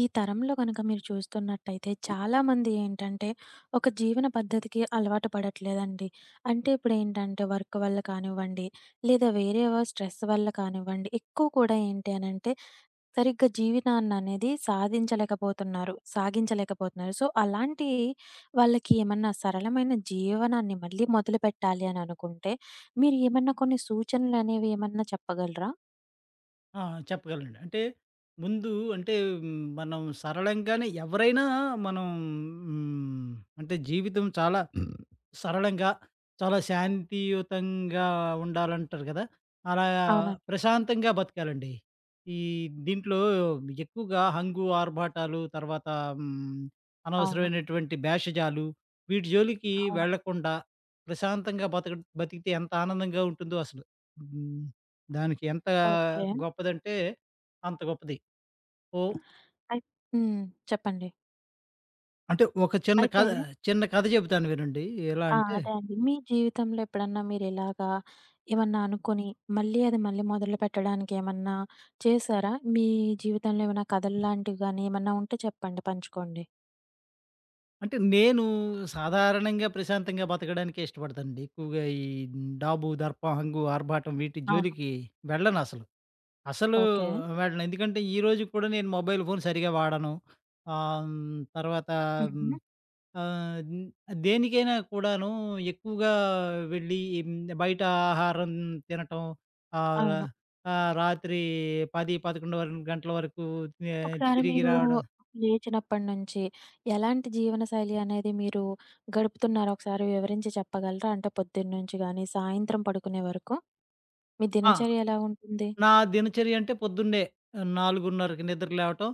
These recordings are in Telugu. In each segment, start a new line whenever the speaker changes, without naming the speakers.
ఈ తరంలో గనక మీరు చూస్తున్నట్టయితే చాలామంది ఏంటంటే, ఒక జీవన పద్ధతికి అలవాటు పడట్లేదండి. అంటే ఇప్పుడేంటంటే వర్క్ వల్ల కానివ్వండి, లేదా వేరే స్ట్రెస్ వల్ల కానివ్వండి, ఎక్కువ కూడా ఏంటి అనంటే సరిగ్గా జీవితాన్ననేది సాధించలేకపోతున్నారు, సాగించలేకపోతున్నారు. సో, అలాంటి వాళ్ళకి ఏమన్నా సరళమైన జీవనాన్ని మళ్ళీ మొదలుపెట్టాలి అని అనుకుంటే, మీరు ఏమన్నా కొన్ని సూచనలనేవి ఏమన్నా చెప్పగలరా?
ఆ! చెప్పగలండి. అంటే ముందు అంటే హ్మ్, మనం సరళంగానే ఎవరైనా మనం హ్మ్, అంటే జీవితం చాలా సరళంగా, చాలా శాంతియుతంగా ఉండాలంటారు కదా! అలా
అవునండి.
ప్రశాంతంగా బతకాలండి. ఈ దీంట్లో ఎక్కువగా హంగు, ఆర్భాటాలు హ్మ్,
అవును.
అనవసరమైనటువంటి భేషజాలు వీటి జోలికి
అవును.
వెళ్ళకుండా ప్రశాంతంగా బతికితే ఎంత ఆనందంగా ఉంటుందో అసలు. హ్మ్. దానికి ఎంత
ఓకే.
గొప్పదంటే అంత గొప్పది. ఓ
అయి హ్మ్. చెప్పండి.
అంటే ఒక చిన్న
అయితే
కథ చిన్న కథ చెబుతాను వినండి. ఎలా
ఆ!
అంటే
అదే అండి. మీ జీవితంలో ఎప్పుడన్నా మీరిలాగా ఏమన్నా అనుకోని, మళ్ళీ అది మొదలుపెట్టడానికి ఏమన్నా చేశారా? మీ జీవితంలో ఏమైనా కథల్లాంటివి గాని ఏమన్నా ఉంటే చెప్పండి, పంచుకోండి.
అంటే నేను సాధారణంగా ప్రశాంతంగా బతకడానికే ఇష్టపడతానండి. ఎక్కువగా ఈ డాబు, దర్ప, హంగు, ఆర్భాటం వీటి
అవును.
జోలికి వెళ్ళనసలు. అసలు
ఓకే.
అసలు వెళ్ళను. ఎందుకంటే ఈ రోజుకి కూడా నేను మొబైల్ ఫోన్ సరిగ్గా వాడను. తర్వాత హ్మ్,
హుహు.
ఆహ్, హ్మ్, దేనికైనా కూడాను ఎక్కువగా వెళ్ళి హ్మ్, బయట ఆహారం తినటం, ఆహ్, రా
అవును.
రాత్రి 10, 11 వరకు గంటల వరకు
ఒకసారి
తిరిగి
మీరు
రావడం.
లేచినప్పటి నుంచి ఎలాంటి జీవనశైలి అనేది మీరు గడుపుతున్నారో ఒకసారి వివరించి చెప్పగలరా? అంటే పొద్దున్నుంచి గాని, సాయంత్రం పడుకునే వరకు మీ
ఆ!
దినచర్య ఎలా ఉంటుంది?
నా దినచర్య అంటే పొద్దున్నే 4:30కి నిద్ర లేవటం,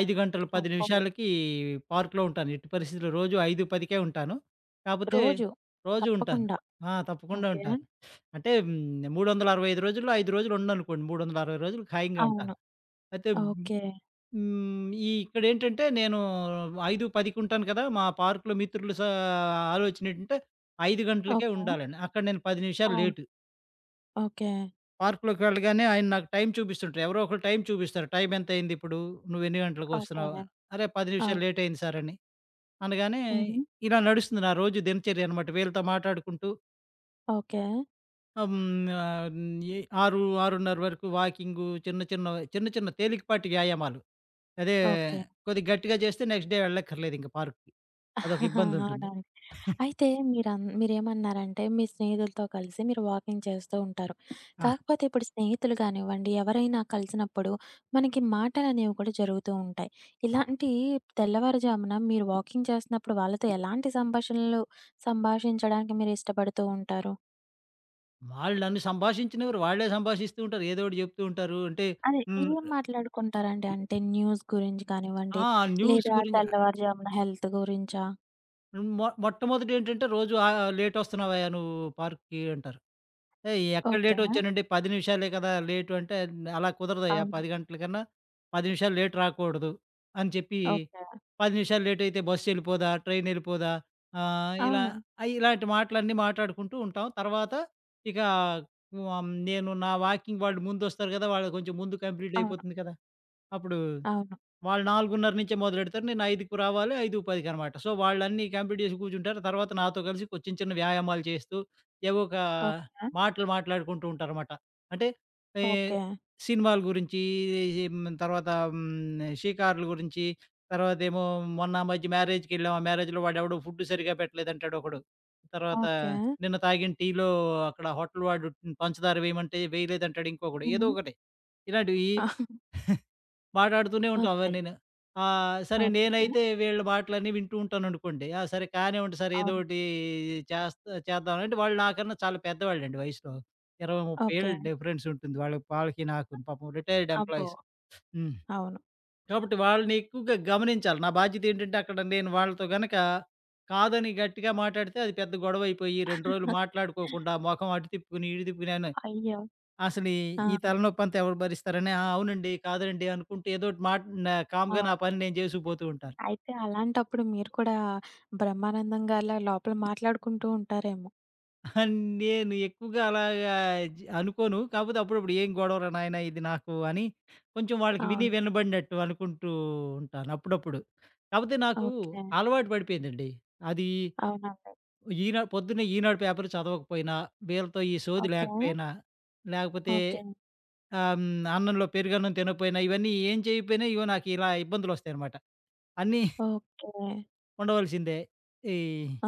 5 గంటలు 10
అబ్బో!
నిమిషాలకి పార్క్‌లో ఉంటాను. ఎట్టి పరిస్థితిలో రోజు 5:10కే ఉంటాను. కాపోతే
రోజు.
రోజు ఉంటాను.
తప్పకుండా.
ఆ! తప్పకుండా
ఓకే.
ఉంటాను. 365 రోజుల్లో 5 రోజులు ఉండననుకోండి. 360 రోజులు ఖాయంగా ఉంటాను.
అవును.
అయితే
ఓకే.
హ్మ్, ఈ ఇక్కడేంటంటే నేను 5:10కి ఉంటాను కదా! మా పార్క్‌లో మిత్రులు స ఆలోచన ఏంటంటే 5 గంటలకే
ఓకే.
ఉండాలని. అక్కడ నేను 10 నిమిషాలు
అవును.
లేటు.
ఓకే.
పార్క్‌లోకి వెళ్ళగానే ఆయన నాకు టైం చూపిస్తుంటారు. ఎవరో ఒకళ్ళు టైం చూపిస్తారు. "టైం ఎంతయింది ఇప్పుడు? నువ్వు ఎన్ని
ఓకే.
గంటలకొస్తున్నావు?" అని. "అరే! 10 నిమిషాలు
అవును.
లేట్ అయింది సార్" అని. అనగానే
హుహు.
ఇలా నడుస్తుంది నా రోజు దినచర్య అనమాట. వీళ్ళతో మాట్లాడుకుంటూ
ఓకే.
ఆహ్, హ్మ్, ఆహ్, ఎ 6, 6:30 వరకు వాకింగు, చిన్న చిన్న తేలికపాటి వ్యాయామాలు. అదే
ఓకే.
కొద్దిగా గట్టిగా చేస్తే నెక్స్ట్ డే వెళ్ళక్కర్లేదు ఇంక పార్క్‌కి. అదొక ఇబ్బందుంటుంది.
అవునండి. అయితే మీరేమన్నారంటే, మీ స్నేహితులతో కలిసి మీరు వాకింగ్ చేస్తూ ఉంటారు.
ఆ!
కాకపోతే ఇప్పుడు స్నేహితులు గానివ్వండి, ఎవరైనా కలిసినప్పుడు మనకి మాటలనేవి కూడా జరుగుతూ ఉంటాయి.
ఆ!
ఇలాంటి తెల్లవారుజామున మీరు వాకింగ్ చేస్తున్నప్పుడు వాళ్ళతో ఎలాంటి సంభాషించడానికి మీరు ఇష్టపడుతూ ఉంటారు?
వాళ్ళు నన్ను సంభాషించనివ్వరు. వాళ్ళే సంభాషిస్తూ ఉంటారు. ఏదో ఒకటి చెప్తూ ఉంటారు. అంటే
అదే.
హ్మ్.
ఏం మాట్లాడుకుంటారండి? అంటే న్యూస్ గురించి కానివ్వండి,
ఆ! న్యూస్
లేదా
గురించి.
తెల్లవారుజామున హెల్త్ గురించా?
మొట్టమొదటేంటంటే, "రోజు లేటొస్తున్నావయ్యా నువ్వు పార్క్‌కి" అంటారు. "ఏయ్! ఎక్కడ
ఓకే.
లేటొచ్చానండి, 10 నిమిషాలే కదా లేటు" అంటే, "అలా కుదరదయ్యా
అవును.
10 గంటల కన్నా 10 నిమిషాలు లేట్ రాకూడదు" అని చెప్పి,
ఓకే.
10 నిమిషాలు లేటయితే బస్సెళ్ళిపోదా, ట్రైనెళ్ళిపోదా ఇలా
అవును.
ఇలాంటి మాటలన్నీ మాట్లాడుకుంటూ ఉంటాం. తర్వాత ఇక నేను నా వాకింగ్, వాళ్ళు ముందొస్తారు గదా! వాళ్ళది కొంచెం ముందు
అవును.
కంప్లీటయిపోతుంది కదా! అప్పుడు
అవును.
వాళ్ళు 4:30 నుంచే మొదలెడతారు. నేను 5కి రావాలి. 5:10కి. సో, వాళ్ళన్నీ కంప్లీట్ చేసి కూర్చుంటారు. తర్వాత నాతో కలిసి చిన్న చిన్న వ్యాయామాలు చేస్తూ, ఏవో ఒక
ఓకే.
మాటలు మాట్లాడుకుంటూ ఉంటారనమాట. అంటే ఏ
ఓకే.
సినిమాల గురించి, తర్వాత షికారుల గురించి, తర్వాతేమో మొన్న ఆ మధ్య మ్యారేజ్‌కెళ్ళాం. ఆ మ్యారేజ్‌లో వాడెవడో ఫుడ్ సరిగ్గా పెట్టలేదంటాడు ఒకడు. తర్వాత
ఓకే.
నిన్న తాగిన టీలో అక్కడ హోటల్ వాడు పంచదార వేయమంటే వేయలేదంటాడు ఇంకొకడు. ఏదో
హ్మ్.
ఒకటి ఇలాంటివి మాటాడుతూనే ఉంటాం
ఓకే.
అవన్నీను. సరే
ఓకే.
నేనైతే వీళ్ళ మాటలన్నీ వింటూ ఉంటాననుకోండి. ఆ! సరే కానివ్వండి సార్, ఏదో
అవును.
ఒకటి చేద్దామనంటే వాళ్ళు నాకన్నా చాలా పెద్దవాళ్ళండి వయసులో. 20, 30
ఓకే.
ఏళ్ళు డిఫరెన్స్ ఉంటుంది. వాళ్ళకి నాకును పాపం రిటైర్డ్
అబ్బో!
ఎంప్లాయీస్. హ్మ్.
అవును.
కాబట్టి వాళ్ళని ఎక్కువగా గమనించాలి. నా బాధ్యతేంటంటే అక్కడ నేను వాళ్ళతో గనక కాదని గట్టిగా మాటాడితే అది పెద్ద గొడవయిపోయి 2 రోజులు మాట్లాడుకోకుండా మొఖం అటు తిప్పుకొని, ఇటు తిప్పుకొని అని
అయ్యో!
అసలు ఈ ఈ
ఆ!
తలనొప్పంతా ఎవరు భరిస్తారని, "ఆ! అవునండి. కాదండి" అనుకుంటూ ఏదో ఒకటి మాట, నా కామ్‌గా నా
అవును.
పని నేను చేసుకుపోతూ ఉంటాను.
అయితే అలాంటప్పుడు మీరు కూడా బ్రహ్మానందం గారిలా లోపల మాట్లాడుకుంటూ ఉంటారేమో!
నేను ఎక్కువగా అలాగా అనుకోను. కాకపోతే అప్పుడప్పుడు "ఏం గొడవరా నాయనా ఇది నాకు" అని కొంచెం వాళ్ళకి
అవును.
వినబడినట్టు అనుకుంటూ ఉంటాను అప్పుడప్పుడు. కాపోతే నాకు
ఓకే.
అలవాటు పడిపోయిందండి. అది
అవునండి.
పొద్దున్నే ఈనాడు పేపర్ చదవకపోయినా, వీళ్ళతో ఈ సోది
ఓకే.
లేకపోయినా, లేకపోతే
ఓకే.
ఆహ్, హ్మ్, అన్నంలో పెరుగన్నం తినకపోయినా, ఇవన్నీ ఏం చేయకపోయినా ఇగో నాకు ఇలా ఇబ్బందులొస్తాయన్నమాట. అన్నీ
ఓకే.
ఉండవలసిందే. ఈ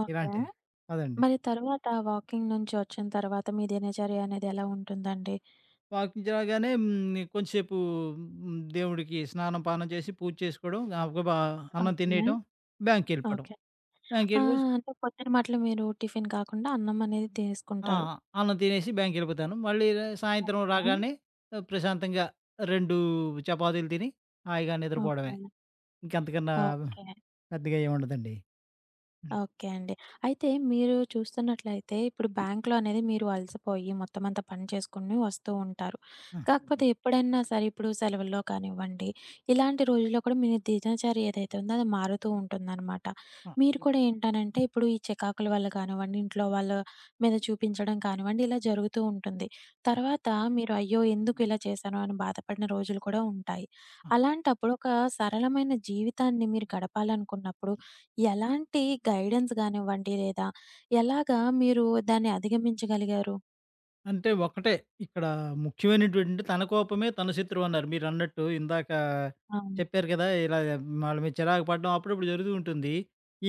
ఓకే.
ఇలాంటివి. అదండి.
మరి తరువాత వాకింగ్ నుంచి వచ్చిన తర్వాత మీ దినచర్య అనేది ఎలా ఉంటుందండి?
వాకింగ్ చేయగానే హ్మ్. కొంచెంసేపు హ్మ్. దేవుడికి స్నానం, పానం చేసి పూజ చేసుకోవడం, గబగబా అన్నం
ఓకే.
తినేయటం, బ్యాంక్‌కెళ్ళిపోవడం.
ఓకే. ఆ!
బ్యాంక్‌కెళ్ళిపోసి
అంటే పొద్దున మట్లు మీరు టిఫిన్ కాకుండా అన్నం అనేది
ఆ!
తీసుకుంటారు.
అన్నం తినేసి బ్యాంక్‌కెళ్ళిపోతాను. మళ్ళీ సాయంత్రం
ఓకే.
రాగానే ప్రశాంతంగా 2 చపాతీలు తిని హాయిగా నిద్రపోవడమే.
ఓకే.
ఇంకంతకన్నా
ఓకే.
పెద్దగా ఏముండదండి. హ్మ్.
ఓకే అండి. అయితే మీరు చూస్తున్నట్లయితే ఇప్పుడు బ్యాంక్‌లో అనేది మీరు అలసిపోయి మొత్తం అంతా పని చేసుకొని వస్తూ ఉంటారు. హ్మ్.
ఆ!
కాకపోతే ఎప్పుడైనా సరే ఇప్పుడు సెలవుల్లో కానివ్వండి, ఇలాంటి రోజుల్లో కూడా మీ దినచర్య ఏదైతే ఉందో అది మారుతూ ఉంటుందనమాట.
ఆ!
మీరు హ్మ్. కూడా ఏంటనంటే ఇప్పుడు ఈ చికాకుల వల్ల కానివ్వండి, ఇంట్లో వాళ్ళ మీద చూపించడం కానివ్వండి ఇలా జరుగుతూ ఉంటుంది. తర్వాత మీరు అయ్యో! ఎందుకు ఇలా చేశాను అని బాధపడిన రోజులు కూడా ఉంటాయి. అలాంటప్పుడు ఒక సరళమైన జీవితాన్ని మీరు గడపాలనుకున్నప్పుడు ఎలాంటి గైడెన్స్ గానివ్వండి, లేదా ఎలాగా మీరు దాన్ని అధిగమించగలిగారు?
ఒకటే ఇక్కడ ముఖ్యమైనటువంటి తన కోపమే తన శత్రువు అన్నారు. మీరన్నట్టు ఇందాక
అవును.
చెప్పారు కదా! ఇలా వాళ్ళ మీద చిరాకు పడడం అప్పుడప్పుడు జరుగుతూ ఉంటుంది.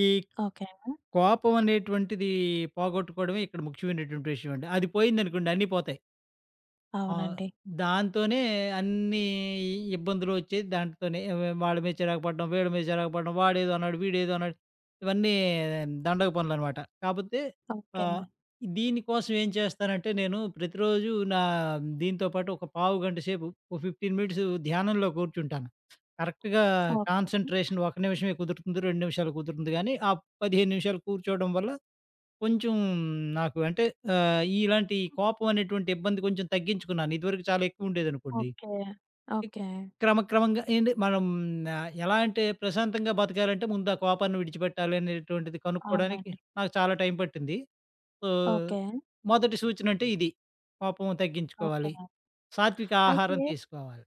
ఈ
ఓకే.
కోపం అనేటువంటిది పోగొట్టుకోవడమే ఇక్కడ ముఖ్యమైనటువంటి విషయం అండి. అది పోయిందనుకోండి అన్నీ పోతాయి. ఆ!
అవునండి.
దాంతోనే అన్నీ ఇబ్బందులొచ్చేయి. దాంట్లోనే వాళ్ళ మీద చిరాకు పడడం, వీళ్ళ మీద చిరాకు పడడం, వాడేదో అన్నాడు, వీడేదో అన్నాడు. ఇవన్నీ దండగ పనులనమాట. కాపోతే
ఓకే.
ఆహ్, దీనికోసం ఏం చేస్తానంటే నేను ప్రతిరోజు దీంతో పాటు ఒక పావు గంట సేపు, ఓ 15 మినిట్స్ ధ్యానంలో కూర్చుంటాను. కరెక్ట్‌గా
ఓకే.
కాన్సంట్రేషన్ ఒక నిమిషమే కుదురుతుంది, 2 నిమిషాలు కుదురుతుంది గానీ, ఆ 15 నిమిషాలు కూర్చోవడం వల్ల కొంచెం నాకు అంటే ఇలాంటి కోపం అనేటువంటి ఇబ్బంది కొంచెం తగ్గించుకున్నాను. ఇదివరకు చాలా ఎక్కువుండేదనుకోండి.
ఓకే.
ఇక్
ఓకే.
క్రమక్రమంగా ఏంటి మనం, ఎలా అంటే ప్రశాంతంగా బతకాలంటే ముందు ఆ కోపాన్ని విడిచిపెట్టాలి అనేటువంటిది కనుక్కోవడానికి
అవునండి.
నాకు చాలా టైం పట్టింది. So,
okay.
మొదటి సూచన అంటే ఇది. కోపం
ఓకే.
తగ్గించుకోవాలి. సాత్విక ఆహారం
అయితే
తీసుకోవాలి.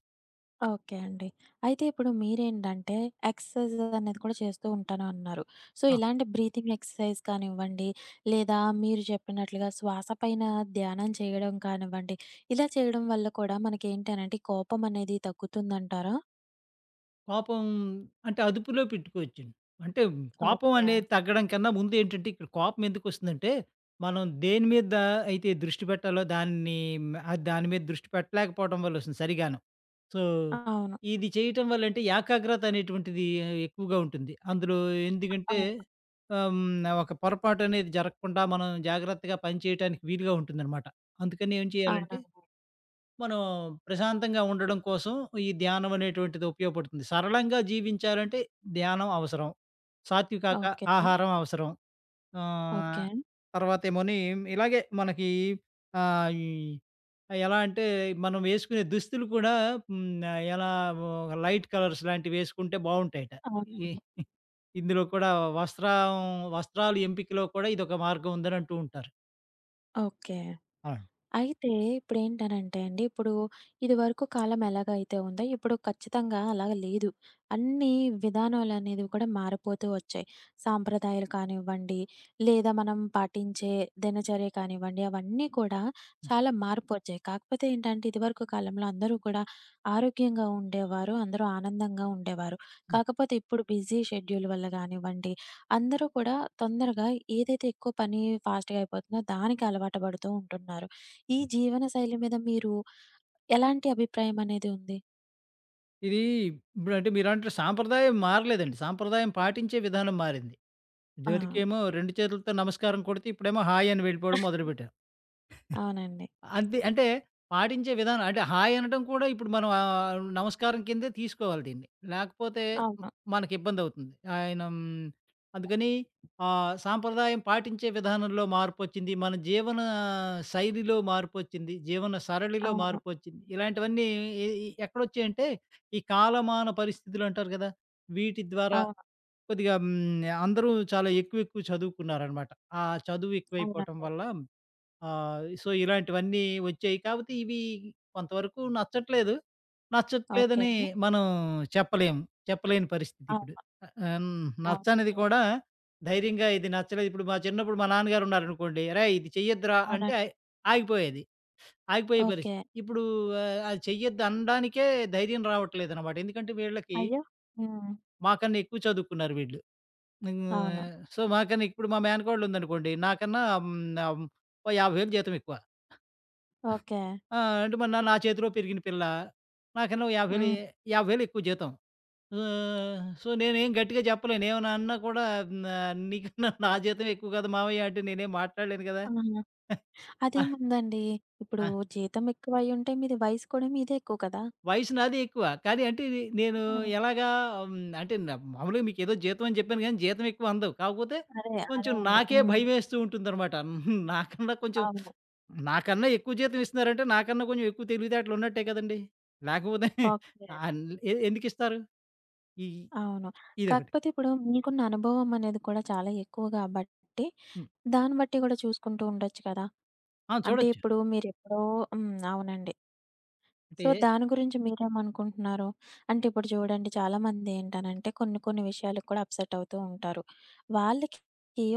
ఓకే అండి. అయితే ఇప్పుడు మీరేంటంటే, ఎక్సర్సైజ్ అనేది కూడా చేస్తూ ఉంటాను అన్నారు. సో,
ఆ!
ఇలాంటి బ్రీతింగ్ ఎక్సర్సైజ్ కానివ్వండి, లేదా మీరు చెప్పినట్లుగా శ్వాస పైన ధ్యానం చేయడం కానివ్వండి, ఇలా చేయడం వల్ల కూడా మనకేంటి అనంటే, కోపం అనేది తగ్గుతుందంటారా?
కోపం అంటే అదుపులో పెట్టుకోవచ్చండి. అంటే కోపం
ఓకే.
అనేది తగ్గడం కన్నా ముందు ఏంటంటే, ఇక్కడ కోపం ఎందుకొస్తుందంటే, మనం దేని మీద అయితే దృష్టి పెట్టాలో దాన్ని దాని మీద దృష్టి పెట్టలేకపోవడం వల్లొస్తుంది సరిగాను. సో,
అవును.
ఇది చేయటం వల్ల అంటే ఏకాగ్రత అనేటువంటిది ఎక్కువగా ఉంటుంది. అందులో ఎందుకంటే
అవును.
ఆహ్, హ్మ్. ఒక పొరపాటు అనేది జరగకుండా మనం జాగ్రత్తగా పని చేయటానికి వీలుగా ఉంటుందనమాట. అందుకని ఏం చేయాలంటే
అవునవును.
మనం ప్రశాంతంగా ఉండడం కోసం ఈ ధ్యానం అనేటువంటిది ఉపయోగపడుతుంది. సరళంగా జీవించాలంటే ధ్యానం అవసరం. సాత్వికాక
ఓకే.
ఆహారం అవసరం. ఆహ్,
ఓకే.
తర్వాతేమోని ఇలాగే మనకి ఆహ్, ఈ ఎలా అంటే మనం వేసుకునే దుస్తులు కూడా హ్మ్. ఎలా ఒక లైట్ కలర్స్ లాంటివి వేసుకుంటే బావుంటాయట. ఈ
అవునండి.
ఇందులో కూడా వస్త్రం వస్త్రాలు ఎంపికలో కూడా ఇదొక మార్గం ఉందని అంటూ ఉంటారు.
ఓకే.
ఆ!
అయితే ఇప్పుడేంటనంటే అండి, ఇప్పుడు ఇదివరకు కాలం ఎలాగైతే ఉందో, ఇప్పుడు ఖచ్చితంగా అలాగ లేదు. అన్ని విధానాలనేవి కూడా మారిపోతూ వచ్చాయి. సాంప్రదాయాలు కానివ్వండి, లేదా మనం పాటించే దినచర్య కానివ్వండి, అవన్నీ కూడా
హ్మ్.
చాలా మార్పొచ్చాయి. కాకపోతే ఏంటంటే, ఇదివరకు కాలంలో అందరూ కూడా ఆరోగ్యంగా ఉండేవారు. అందరూ ఆనందంగా ఉండేవారు. కాకపోతే ఇప్పుడు బిజీ షెడ్యూల్ వల్ల గానివ్వండి, అందరూ కూడా తొందరగా ఏదైతే ఎక్కువ పని ఫాస్ట్‌గా అయిపోతుందో దానికి అలవాటు పడుతూ ఉంటున్నారు. ఈ జీవన శైలి మీద మీరు ఎలాంటి అభిప్రాయం అనేది ఉంది?
ఇది ఇప్పుడంటే మీరంటారు, సాంప్రదాయం మారలేదండి. సాంప్రదాయం పాటించే విధానం మారింది.
ఆ!
ఇదివరకేమో 2 చేతులతో నమస్కారం కొడితే ఇప్పుడేమో హాయ్ అని వెళ్ళిపోవడం మొదలుపెట్టారు.
అవునండి.
అంతే. అంటే పాటించే విధానం అంటే హాయ్ అనటం కూడా ఇప్పుడు మనం నమస్కారం కిందే తీసుకోవాలి దీన్ని. లేకపోతే మ్
అవును.
మనకిబ్బందవుతుంది. అందుకని సాంప్రదాయం పాటించే విధానంలో మార్పొచ్చింది. మన జీవన శైలిలో మార్పొచ్చింది. జీవన సరళిలో
అవును.
మార్పొచ్చింది. ఇలాంటివన్నీ ఎ ఈ ఎక్కడొచ్చాయంటే, ఈ కాలమాన పరిస్థితులు అంటారు కదా! వీటి ద్వారా
అవును.
కొద్దిగా హ్మ్, అందరూ చాలా ఎక్కువ ఎక్కువ చదువుకున్నారనమాట. ఆ చదువు ఎక్కువైపోవటం
అవునండి.
వల్ల, ఆ! సో, ఇలాంటివన్నీ వచ్చాయి. కాపోతే ఇవి కొంతవరకు నచ్చట్లేదు.
ఓకే.
నచ్చట్లేదని మనం చెప్పలేము. చెప్పలేని పరిస్థితి ఇప్పుడు.
అవును.
ఆహ్, హ్మ్. నచ్చనిది
అవునండి.
కూడా ధైర్యంగా ఇది నచ్చలేదు. ఇప్పుడు మా చిన్నప్పుడు మా నాన్నగారు ఉన్నారనుకోండి, "అరేయ్! ఇది చెయ్యొద్దురా" అంటే
అవునండి.
ఆగిపోయేది. ఆగిపోయే పరిస్థితి.
ఓకే.
ఇప్పుడు అది చెయ్యొద్దు అనడానికే ధైర్యం రావట్లేదనమాట. ఎందుకంటే వీళ్ళకి,
అయ్యో! హ్మ్.
మాకన్నా ఎక్కువ చదువుకున్నారు వీళ్ళు.
అవును.
హ్మ్. సో, మాకన్నా ఇప్పుడు మా మేనకోడలుందనుకోండి, నాకన్నా ఆహ్, ఓ 50,000 జీతం ఎక్కువ.
ఓకే.
ఆ! అంటే మరి నా నా చేతిలో పెరిగిన పిల్ల. నాకన్నా ఓ 50,000
హ్మ్.
50,000 ఎక్కువ జీతం. సో, నేనేం గట్టిగా చెప్పలేను. ఏమన్నా అన్నా కూడా నా నీకన్నా నా జీతం ఎక్కువ కదా మావయ్య అంటే నేనేం మాట్లాడలేను కదా!
ఆహా!
ఆ!
అదేముందండి. ఇప్పుడు
ఆ!
జీతం ఎక్కువయ్యుంటే మీది వయసు కూడా మీదే ఎక్కువ కదా!
వయసు నాది ఎక్కువ. కానీ అంటే ఇది నేను
హ్మ్.
ఎలాగా, హ్మ్, అంటే మామూలుగా మీకేదో జీతం అని చెప్పాను గానీ జీతం ఎక్కువ అందవు. కాకపోతే
అదే. అదే
కొంచెం
అండి.
నాకే
హ్మ్.
భయమేస్తూ ఉంటుందనమాట. నాకన్నా కొంచెం,
అవును.
నాకన్నా ఎక్కువ జీతం ఇస్తున్నారంటే నాకన్నా కొంచెం ఎక్కువ తెలివితేటలున్నట్టే కదండీ! లేకపోతే
ఓకే.
అన్ ఎ ఎందుకిస్తారు? ఈ
అవును.
ఇదొకటి.
కాకపోతే ఇప్పుడు మీకున్న అనుభవం అనేది కూడా చాలా ఎక్కువ కాబట్టి,
హ్మ్.
దాన్ని బట్టి కూడా చూసుకుంటూ ఉండొచ్చు కదా!
ఆ!
అంటే
చూడొచ్చు.
ఇప్పుడు మీరెప్పుడో హ్మ్. అవునండి.
అంటే
సో, దాని గురించి మీరేమనుకుంటున్నారు? అంటే ఇప్పుడు చూడండి చాలామంది ఏంటనంటే కొన్ని కొన్ని విషయాలకు కూడా అప్సెట్ అవుతూ ఉంటారు. వాళ్ళకి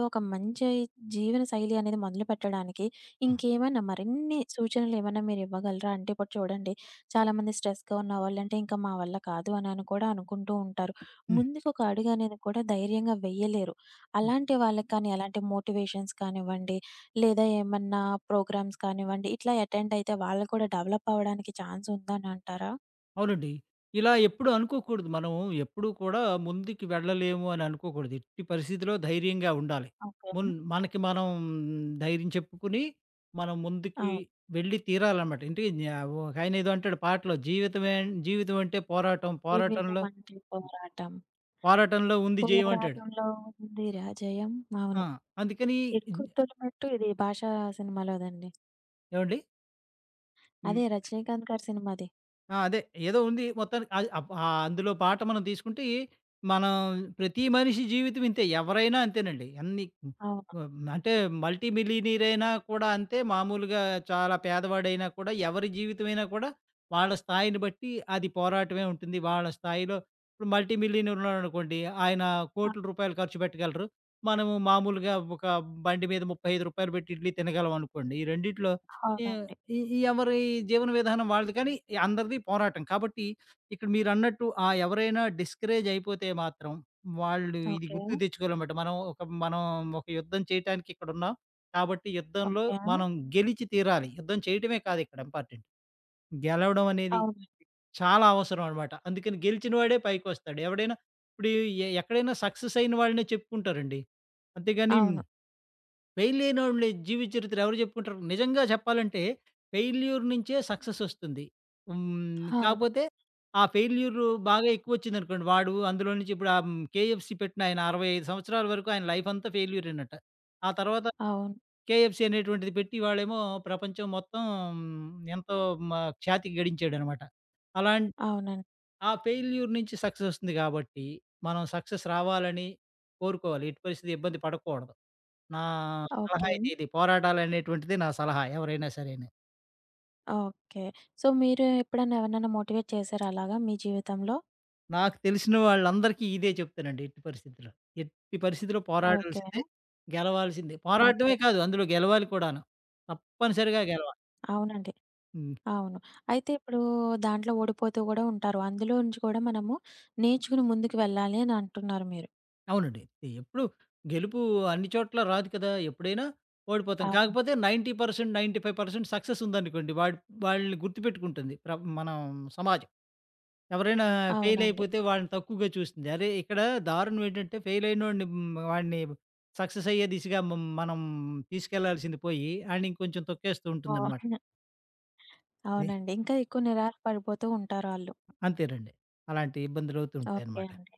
ఒక మంచి జీవన శైలి అనేది మొదలుపెట్టడానికి
ఆ!
ఇంకేమైనా మరిన్ని సూచనలు ఏమైనా మీరివ్వగలరా? అంటే ఇప్పుడు చూడండి చాలామంది స్ట్రెస్‌గా ఉన్నవాళ్ళంటే ఇంకా మా వల్ల కాదు అనని కూడా అనుకుంటూ ఉంటారు.
హ్మ్.
ముందుకొక అడుగనేది కూడా ధైర్యంగా వెయ్యలేరు.
హ్మ్.
అలాంటి వాళ్ళకి కానీ ఎలాంటి మోటివేషన్స్ కానివ్వండి లేదా ఏమన్నా ప్రోగ్రామ్స్ కానివ్వండి, ఇట్లా అటెండ్ అయితే వాళ్ళు కూడా డెవలప్ అవ్వడానికి ఛాన్స్ ఉందని అంటారా?
అవునండి. ఇలా ఎప్పుడు అనుకోకూడదు. మనం ఎప్పుడూ కూడా ముందుకి వెళ్ళలేము అని అనుకోకూడదు. ఎట్టి పరిస్థితిలో ధైర్యంగా ఉండాలి.
ఓకే.
మనకి మనం ధైర్యం చెప్పుకుని, మనం ముందుకి
అవును.
వెళ్ళి తీరాలన్నమాట. ఇంటికి న్యా ఒకాయన ఏదో అంటాడు పాటలో, జీవితం అంటే పోరాటం. పోరాటంలో
జీవితమంటే పోరాటం.
పోరాటంలో ఉంది జయం అంటాడు.
పోరాటంలో ఉందిరా జయం.
ఆ!
అవును.
అందుకని
'ఎక్కు తొలిమెట్టు' ఇది 'భాషా' సినిమాలోదండి.
ఏవండీ?
అదే రజనీకాంత్ గారి సినిమాది.
ఆ! అదే. ఏదో ఉంది మొత్తానికి అది అందులో పాట మనం తీసుకుంటే, మనం ప్రతి మనిషి జీవితం ఇంతే. ఎవరైనా అంతేనండి.
అవును.
హ్మ్, అంటే మల్టీ మిలియనీర్ అయినా కూడా అంతే. మామూలుగా చాలా పేదవాడైనా కూడా, ఎవరి జీవితమైనా కూడా వాళ్ళ స్థాయిని బట్టి అది పోరాటమే ఉంటుంది. వాళ్ళ స్థాయిలో ఇప్పుడు మల్టీ మిలియనీర్ ఉన్నాడనుకోండి, ఆయన కోట్ల
అవును.
రూపాయలు ఖర్చు పెట్టగలరు. మనము మామూలుగా ఒక బండి మీద రూ. 35 పెట్టి ఇడ్లీ తినగలం అనుకోండి. ఈ రెండిట్లో ఏ
అవునండి.
ఈ ఈ ఎవరి జీవన విధానం వాళ్ళది కానీ ఈ అందరిది పోరాటం. కాబట్టి ఇక్కడ మీరన్నట్టు ఆ ఎవరైనా డిస్కరేజ్ అయిపోతే మాత్రం వాళ్ళు ఇది
ఓకే.
గుర్తుకు తెచ్చుకోవాలనమాట. మనం ఒక యుద్ధం చేయటానికి ఇక్కడున్నాం. కాబట్టి యుద్ధంలో
ఓకే.
మనం గెలిచి తీరాలి. యుద్ధం చేయటమే కాదు ఇక్కడ ఇంపార్టెంట్. గెలవడం అనేది
అవును.
చాలా అవసరం అనమాట. అందుకని గెలిచిన వాడే పైకొస్తాడు. ఎవడైనా ఇప్పుడు ఎక్కడైనా సక్సెస్ అయిన వాళ్ళనే చెప్పుకుంటారండి. అంతేగాని
అవును.
ఫెయిలయినోళ్ళ జీవిత చరిత్ర ఎవరు చెప్పుకుంటారు? నిజంగా చెప్పాలంటే ఫెయిల్యూర్ నుంచే సక్సెసొస్తుంది. హ్మ్.
అవును.
కాపోతే ఆ ఫెయిల్యూర్ బాగా ఎక్కువొచ్చిందనుకోండి. వాడు అందులో నుంచి ఇప్పుడు కేఎఫ్‌సీ పెట్టినాయన 65 సంవత్సరాల వరకు ఆయన లైఫంతా ఫెయిల్యూరేనట. ఆ తర్వాత
అవును.
కేఎఫ్‌సీ అనేటువంటిది పెట్టి వాడేమో ప్రపంచం మొత్తం ఎంతో మ ఖ్యాతి గడించాడనమాట. అలాం
అవునండి.
ఆ ఫెయిల్యూర్ నుంచి సక్సెసొస్తుంది గాబట్టి, మనం సక్సెస్ రావాలని కోరుకోవాలి. ఎట్టి పరిస్థితి ఇబ్బంది పడకూడదు. నా సలహా
ఓకే.
అయితే ఇది. పోరాడాలనేటువంటిది నా సలహా ఎవరైనా సరేనే.
ఓకే. సో, మీరు ఎప్పుడన్నా ఎవరినైనా మోటివేట్ చేసారా అలాగా మీ జీవితంలో?
నాకు తెలిసిన వాళ్ళందరికీ ఇదే చెప్తానండి ఎట్టి పరిస్థితిలో. ఎట్టి పరిస్థితిలో
ఓకే.
పోరాడాల్సిందే, గెలవాల్సిందే.
ఓకే.
పోరాడటమే కాదు అందులో గెలవాలి కూడాను. తప్పనిసరిగా గెలవాలి.
అవునండి.
హ్మ్.
అవును. అయితే ఇప్పుడు దాంట్లో ఓడిపోతూ గూడా ఉంటారు. అందులో నుంచి కూడా మనము నేర్చుకుని ముందుకు వెళ్ళాలి అని అంటున్నారు మీరు.
అవునండి. ఎప్పుడు గెలుపు అన్ని చోట్ల రాదు కదా! ఎప్పుడైనా ఓడిపోతాం.
అవును.
కాకపోతే 90% 95% సక్సెస్ ఉందనుకోండి. వాడు వాళ్ళని గుర్తుపెట్టుకుంటుంది. మన సమాజం. ఎవరైనా ఫెయిల్
అవునండి.
అయిపోతే వాళ్ళని తక్కువగా చూస్తుంది. అరే! ఇక్కడ దారుణం ఏంటంటే ఫెయిల్ అయినోడిని హ్మ్, వాడిని సక్సెస్ అయ్యే దిశగా మనం తీసుకెళ్లాల్సింది పోయి ఆడిని ఇంకొంచెం తొక్కేస్తూ ఉంటుందన్నమాట.
అవును.
ఇది
అవునండి. ఇంకా ఎక్కువ నిరాశ పడిపోతూ ఉంటారాళ్ళు.
అంతేనండి. అలాంటి ఇబ్బందులు అవుతూ
ఓకే
ఉంటాయన్నమాట.
అండి.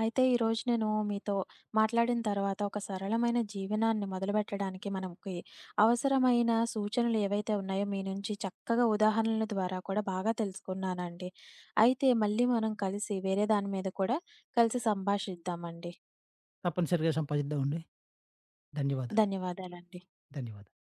అయితే ఈరోజు నేను మీతో మాట్లాడిన తర్వాత ఒక సరళమైన జీవనాన్ని మొదలుపెట్టడానికి మనకి అవసరమైన సూచనలు ఏవైతే ఉన్నాయో మీ నుంచి చక్కగా ఉదాహరణల ద్వారా కూడా బాగా తెలుసుకున్నానండి. అయితే మళ్ళీ మనం కలిసి వేరే దాని మీద కూడా కలిసి సంభాషిద్దామండి.
తప్పనిసరిగా సంపాదిద్దామండి. ధన్యవాదాలు.
ధన్యవాదాలండి.
ధన్యవాదాలు.